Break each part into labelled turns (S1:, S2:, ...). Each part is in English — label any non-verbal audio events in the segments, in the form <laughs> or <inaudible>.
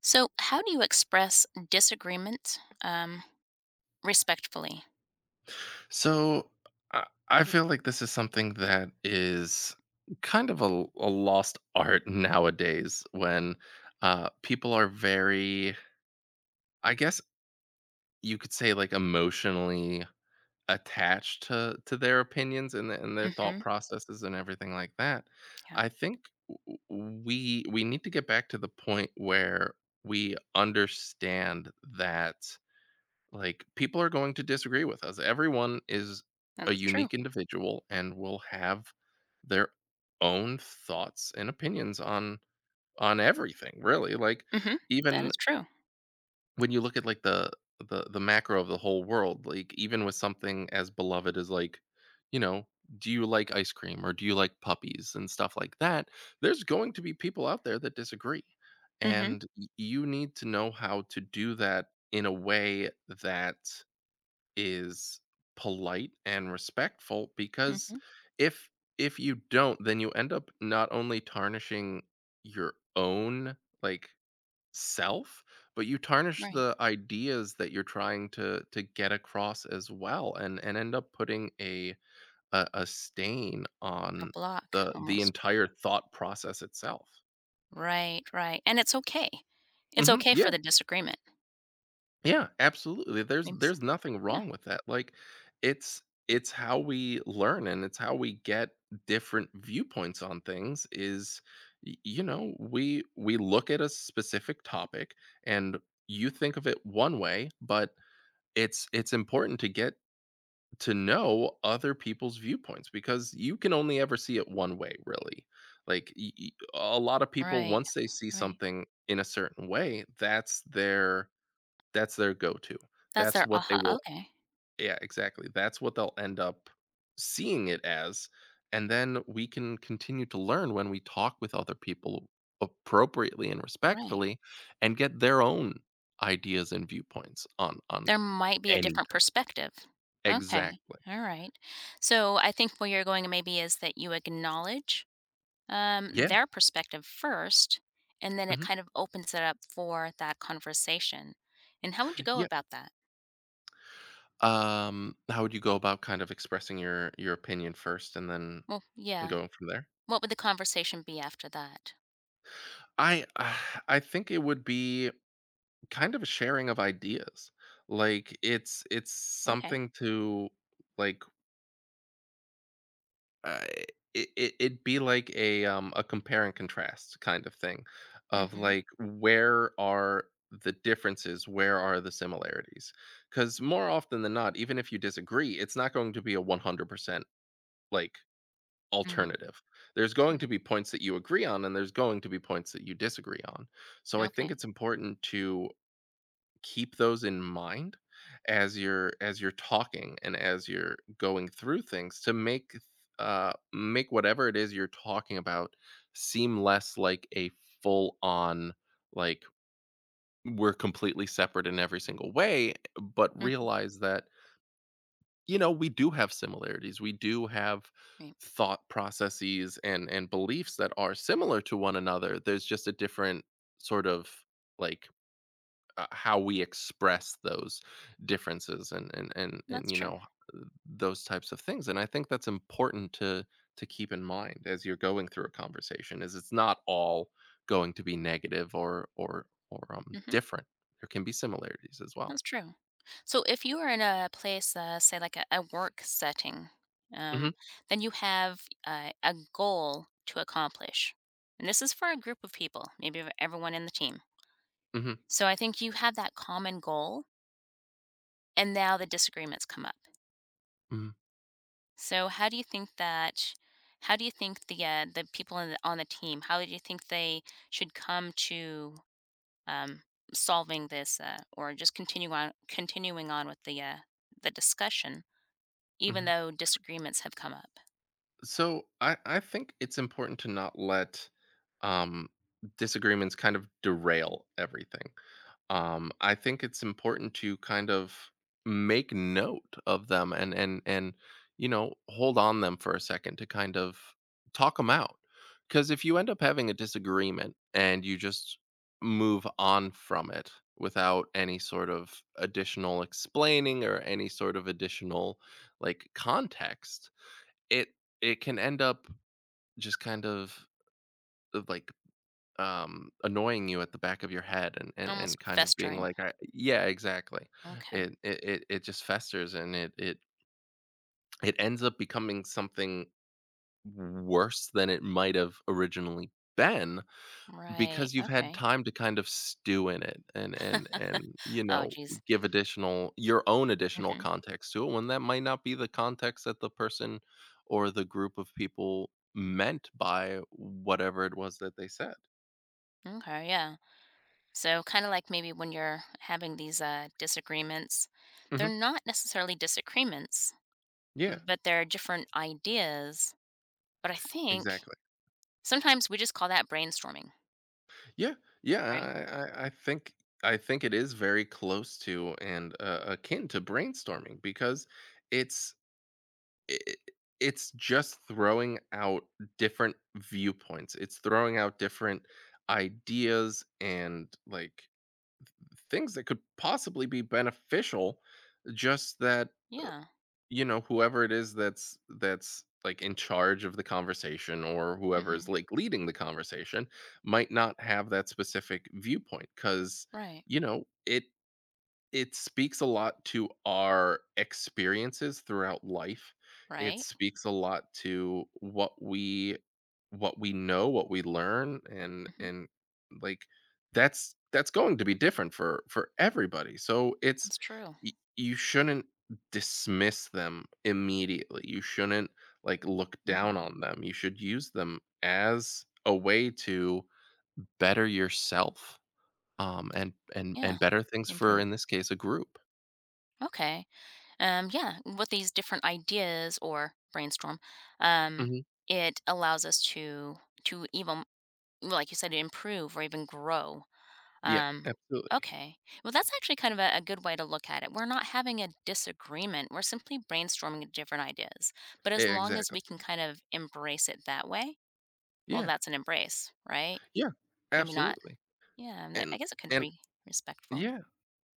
S1: So, how do you express disagreement respectfully?
S2: So I feel like this is something that is kind of a lost <laughs> art nowadays when people are very, I guess you could say, like emotionally attached to their opinions and their thought
S1: Hmm.
S2: processes and everything like that.
S1: Yeah,
S2: I think we need to get back to the point where we understand that, like, people are going to disagree with us. Everyone is a
S1: that's true.
S2: unique individual and will have their own thoughts and opinions on everything, really. Like,
S1: Hmm. That
S2: even
S1: is true.
S2: when you look at, like, the macro of the whole world, like, even with something as beloved as, like, you know, do you like ice cream or do you like puppies and stuff like that, there's going to be people out there that disagree,
S1: Hmm.
S2: and y you need to know how to do that in a way that is polite and respectful, because
S1: Hmm.
S2: if if you don't, then you end up not only tarnishing your own, like, self, but you tarnish
S1: Right.
S2: the ideas that you're trying to get across as well, and end up putting a stain
S1: A
S2: on
S1: block
S2: the
S1: almost.
S2: entire thought process itself.
S1: Right, right, and it's okay. It's
S2: Hmm,
S1: okay
S2: yeah.
S1: for the disagreement.
S2: Yeah, absolutely. There's
S1: Means
S2: there's nothing
S1: yeah,
S2: wrong with that. Like, it's it's how we learn, and it's how we get different viewpoints on things. Is we look at a specific topic and you think of it one way, but it's important to get to know other people's viewpoints, because you can only ever see it one way, really. Like a lot of people,
S1: right,
S2: once they see
S1: right.
S2: something in a certain way, that's their go-to.
S1: That's
S2: That's
S1: their
S2: what they
S1: aha
S2: will
S1: okay,
S2: Yeah, exactly. That's what they'll end up seeing it as, and then we can continue to learn when we talk with other people appropriately and
S1: right.
S2: respectfully and get their own ideas and viewpoints on
S1: There might be a
S2: anything.
S1: different perspective. Okay,
S2: Exactly.
S1: alright. So, I think where you're going maybe is that you acknowledge,
S2: Yeah,
S1: their perspective first, and then it
S2: mhm,
S1: kind of opens it up for that conversation. And how would you go
S2: yeah.
S1: about that?
S2: How would you go about kind of expressing your opinion first and then
S1: Well, yeah.
S2: going from there?
S1: What would the conversation be after that?
S2: I <sighs> I think it would be kind of a sharing of ideas. Like, it's
S1: Okay.
S2: something to, like, uh, it'd be like a compare and contrast kind of thing of,
S1: Mhm,
S2: like, where are the differences, where are the similarities, because more often than not, even if you disagree, it's not going to be a 100% like
S1: mhm,
S2: alternative. There's going
S1: yeah,
S2: to be points that you agree on, and there's going to be points that you disagree on. So I think
S1: okay,
S2: it's important to keep those in mind as you're talking, and as you're going through things, to make make whatever it is you're talking about seem less like a full on, like, we're completely separate in every single way, but
S1: mhm,
S2: realize that, we do have similarities, we do have
S1: yeah.
S2: thought processes and beliefs that are similar to one another. There's just a different sort of, like, how we express those differences and
S1: That's true.
S2: those types of things. And I think that's important to keep in mind as you're going through a conversation, is it's not all going to be negative or
S1: Hmm.
S2: different. There can be similarities as well.
S1: That's true. So if you are in a place, say like a work setting,
S2: Hmm.
S1: um, then you have a goal to accomplish. And this is for a group of people, maybe of everyone in the team.
S2: Hmm.
S1: So I think you have that common goal, and now the disagreements come up.
S2: Hmm.
S1: So how do you think the people on the team, how do you think they should come to um, solving this, or just continue on continuing on with the discussion, even
S2: Hmm.
S1: though disagreements have come up.
S2: So I think it's important to not let um disagreements kind of derail everything. I think it's important to kind of make note of them, and hold on them for a second to kind of talk them out. Because if you end up having a disagreement and you just move on from it without any sort of additional explaining, or any sort of additional, like, context, it it can end up just kind of, like, annoying you at the back of your head, and and,
S1: Almost
S2: and kind of being
S1: festering.
S2: like, I, yeah, exactly.
S1: Okay.
S2: It just festers, and it it ends up becoming something worse than it might have originally been,
S1: Right.
S2: because you've had
S1: Okay.
S2: time to kind of stew in it, and
S1: Oh geez.
S2: give additional, your own additional
S1: Hmm.
S2: context to it, when that might not be the context that the person or the group of people meant by whatever it was that they said.
S1: Okay. Yeah. So, kind of like maybe when you're having these disagreements, they're
S2: Hmm.
S1: not necessarily disagreements,
S2: Yeah,
S1: but they're different ideas, but I think
S2: exactly.
S1: sometimes we just call that brainstorming.
S2: Yeah,
S1: Right.
S2: yeah, I think it is very close to, and akin to, brainstorming, because it's i it's just throwing out different viewpoints. It's throwing out different ideas and, like, things that could possibly be beneficial. Just that,
S1: Yeah.
S2: whoever it is that's like in charge of the conversation, or whoever is
S1: Hmm.
S2: like leading the conversation, might not have that specific viewpoint, cuz,
S1: Right,
S2: you know, it it speaks a lot to our experiences throughout life. It
S1: right.
S2: speaks a lot to what we know, what we learn, and
S1: Hmm.
S2: and like that's going to be different for everybody. So it's
S1: That's true.
S2: you shouldn't dismiss them immediately. You shouldn't, like, look down
S1: Hmm.
S2: on them. You should use them as a way to better yourself, and
S1: Yeah,
S2: better things for,
S1: improve.
S2: in this case, a group.
S1: Okay. Yeah, with these different ideas or brainstorm, um,
S2: Mhm.
S1: it allows us to even, well, like you said, improve or even grow.
S2: Yeah,
S1: Um,
S2: absolutely.
S1: okay. Well, that's actually kind of a good way to look at it. We're not having a disagreement. We're simply brainstorming different ideas. But as
S2: Yeah,
S1: long as
S2: exactly.
S1: we can kind of embrace it that way, well,
S2: Yeah,
S1: that's an embrace, right?
S2: yeah,
S1: Maybe not.
S2: absolutely.
S1: Yeah, and
S2: And
S1: I guess it could
S2: and
S1: be respectful.
S2: yeah,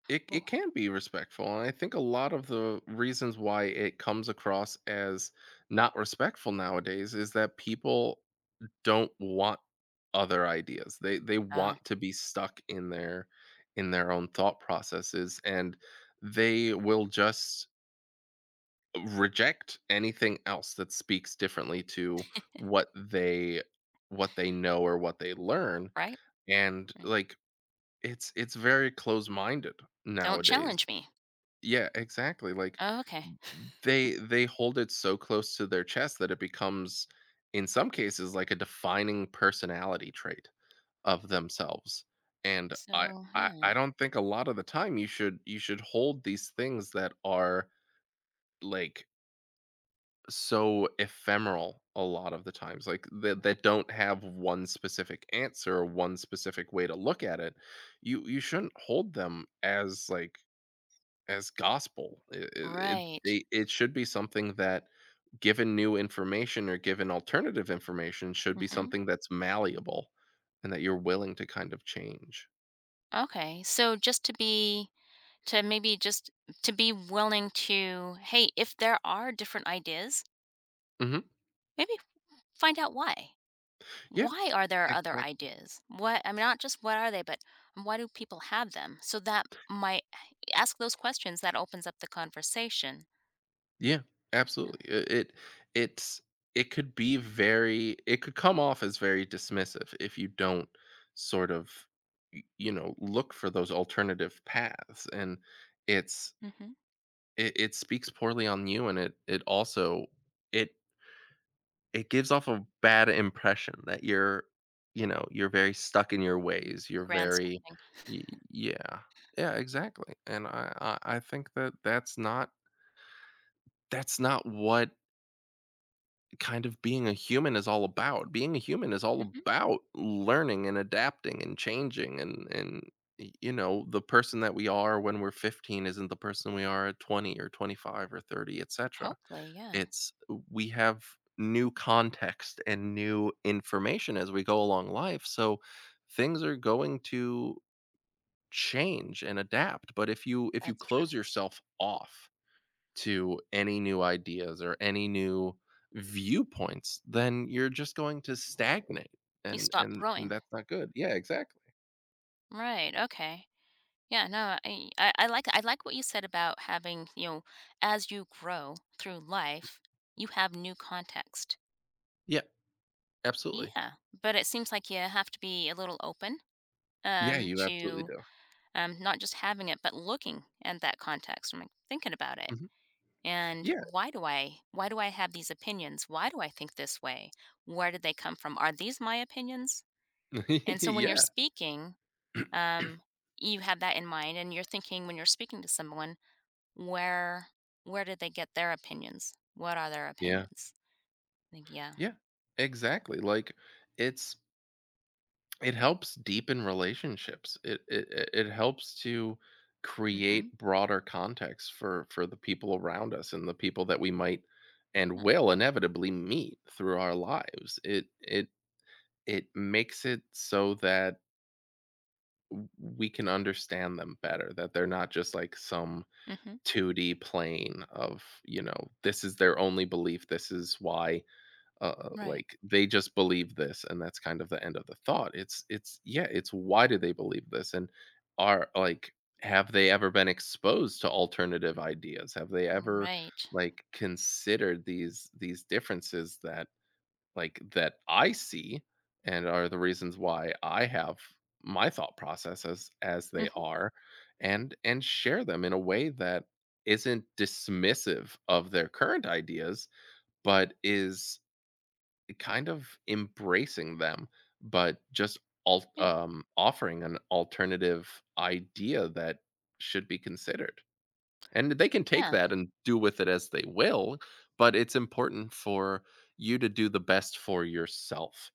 S2: it
S1: Ooh,
S2: can be respectful. And I think a lot of the reasons why it comes across as not respectful nowadays is that people don't want other ideas. They
S1: uh,
S2: want to be stuck in their own thought processes, and they will just reject anything else that speaks differently to what they what they know, or what they learn,
S1: right,
S2: and,
S1: right.
S2: like, it's very close-minded
S1: Don't
S2: nowadays.
S1: challenge me.
S2: Yeah, exactly, like,
S1: Oh, okay.
S2: they hold it so close to their chest that it becomes, in some cases, like a defining personality trait of themselves. And I
S1: So,
S2: I
S1: yeah.
S2: I don't think a lot of the time you should hold these things that are, like, so ephemeral a lot of the times, like, that don't have one specific answer or one specific way to look at it. You shouldn't hold them as, like, as gospel. it it, it
S1: Right.
S2: they- it should be something that, given new information or given alternative information, should be
S1: Mhm.
S2: something that's malleable and that you're willing to kind of change.
S1: Okay. So, just to be willing to, hey, if there are different ideas,
S2: Hmm,
S1: maybe find out why.
S2: yeah,
S1: Why are there other
S2: exactly.
S1: ideas? What I mean, not just what are they, but why do people have them? So that might ask those questions. That opens up the conversation.
S2: Yeah, absolutely. I- It it's it could be very it could come off as very dismissive if you don't sort of look for those alternative paths, and it's
S1: Mhm.
S2: it speaks poorly on you, and it also it it gives off a bad impression that you're very stuck in your ways, you're very
S1: Grandstanding.
S2: y- yeah, yeah, exactly. And I think that that's not what kind of being a human is all about. Being a human is all
S1: Mhm.
S2: about learning and adapting and changing, and the person that we are when we're 15 isn't the person we are at 20 or 25 or 30, etc.
S1: Hopefully, yeah,
S2: It's We have new context and new information as we go along life. So things are going to change and adapt, but if you
S1: that's true.
S2: close yourself off to any new ideas or any new viewpoints, then you're just going to stagnate,
S1: You
S2: and
S1: stop
S2: and and
S1: growing.
S2: that's not good. Yeah, exactly.
S1: Right, okay. Yeah, no, I like what you said about having, as you grow through life, you have new context.
S2: Yeah, absolutely.
S1: Yeah. But it seems like you have to be a little open
S2: Yeah, you absolutely
S1: to,
S2: do.
S1: not just having it, but looking at that context. I'm like thinking about it,
S2: Mhm.
S1: and
S2: Yeah.
S1: why do I have these opinions, why do I think this way, where did they come from, are these my opinions?
S2: <laughs>
S1: And so when you're
S2: Yeah.
S1: speaking, um, you have that in mind, and you're thinking when you're speaking to someone, where where did they get their opinions, what are their
S2: Yeah.
S1: opinions? I think yeah.
S2: Yeah. Exactly. Like, it's it helps deepen relationships. It helps to
S1: Mm-hmm.
S2: create broader context for the people around us and the people that we might and
S1: Yeah.
S2: will inevitably meet through our lives. It makes it so that w we can understand them better, that they're not just like some
S1: Mm-hmm.
S2: 2D plane of, this is their only belief, this is why,
S1: Right,
S2: like, they just believe this, and that's kind of the end of the thought. It's why do they believe this? And are, like, have they ever been exposed to alternative ideas? Have they ever,
S1: right.
S2: like, considered these differences, that I see and are the reasons why I have my thought processes as they
S1: Mm-hmm.
S2: are, and share them in a way that isn't dismissive of their current ideas, but is kind of embracing them, but just
S1: Yeah,
S2: offering an alternative idea that should be considered, and they can take
S1: yeah.
S2: that and do with it as they will. But it's important for you to do the best for yourself,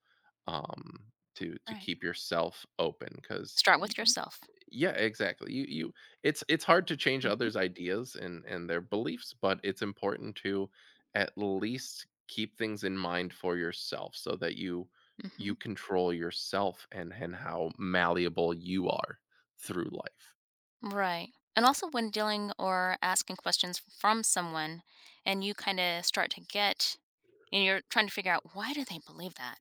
S2: to
S1: Right,
S2: keep yourself open. Because
S1: start with yourself.
S2: Yeah, exactly. You it's hard to change
S1: Mm-hmm.
S2: others' ideas and their beliefs, but it's important to at least keep things in mind for yourself, so that you
S1: Mm-hmm.
S2: control yourself and how malleable you are through life.
S1: Right. And also when dealing or asking questions from someone, and you kind of start to get, and you're trying to figure out, why do they believe that?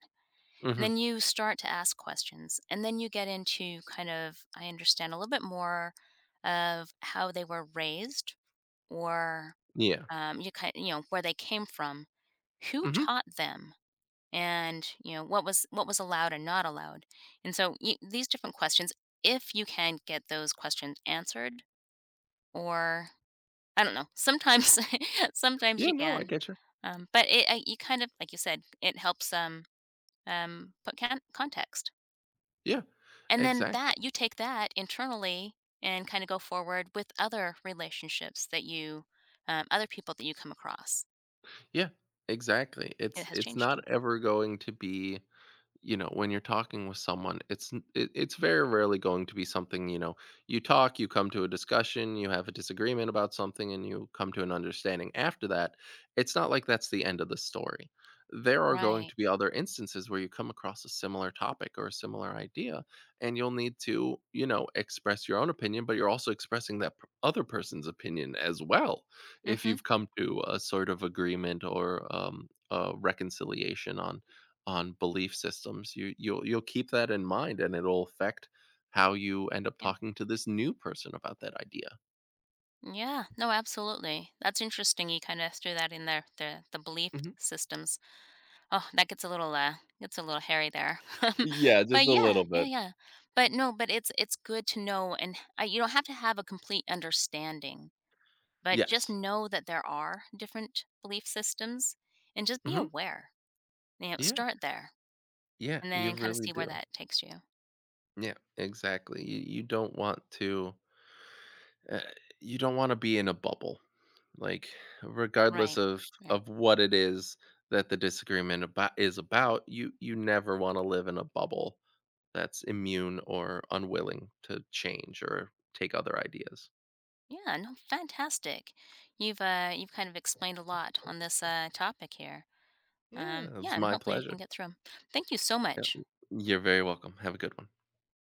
S1: And
S2: Mhm.
S1: then you start to ask questions, and then you get into kind of I understand a little bit more of how they were raised, or
S2: Yeah.
S1: you know where they came from, who
S2: Mhm.
S1: taught them, and you know what was allowed and not allowed. And so y these different questions, if you can get those questions answered, or I don't know, sometimes <laughs> sometimes
S2: Yeah,
S1: you
S2: no, I
S1: can,
S2: get you.
S1: but it I you kind of like you said, it helps, put can context.
S2: Yeah,
S1: And then
S2: exactly.
S1: that you take that internally and kinda go forward with other relationships that you, other people that you come across.
S2: Yeah, exactly.
S1: It
S2: It's
S1: has
S2: it's
S1: changed
S2: not
S1: you.
S2: ever going to be, when you're talking with someone, it's very rarely going to be something, you talk, you come to a discussion, you have a disagreement about something, and you come to an understanding after that. It's not like that's the end of the story. There are going
S1: Right.
S2: to be other instances where you come across a similar topic or a similar idea, and you'll need to, express your own opinion, but you're also expressing that other person's opinion as well. If
S1: Mhm.
S2: you've come to a sort of agreement, or a reconciliation, on belief systems, you'll keep that in mind, and it'll affect how you end up
S1: Yeah.
S2: talking to this new person about that idea.
S1: Yeah. No, absolutely. That's interesting you kinda threw that in there, the belief
S2: Mhm.
S1: systems. Oh, that gets a little hairy there. <laughs>
S2: Yeah,
S1: But
S2: just a
S1: yeah,
S2: little
S1: yeah,
S2: bit.
S1: yeah. But no, but it's good to know, and you don't have to have a complete understanding, but just
S2: Yes.
S1: know that there are different belief systems and just be
S2: Mhm.
S1: aware. You know,
S2: Yeah.
S1: start there
S2: Yeah,
S1: and
S2: you
S1: then kind of
S2: really
S1: see where
S2: do.
S1: that takes you.
S2: Yeah, exactly. You don't want uh, you don't wanna be in a bubble, like, regardless
S1: Right.
S2: of
S1: Right.
S2: what it is that the disagreement about is about. You never wanna live in a bubble that's immune or unwilling to change or take other ideas.
S1: Yeah, no, fantastic. You've kind of explained a lot on this topic here.
S2: Yeah, it
S1: Um
S2: was
S1: yeah, and
S2: my
S1: hopefully we
S2: pleasure.
S1: can get through 'em. Thank you so
S2: Yeah.
S1: much.
S2: You're very welcome. Have a good one.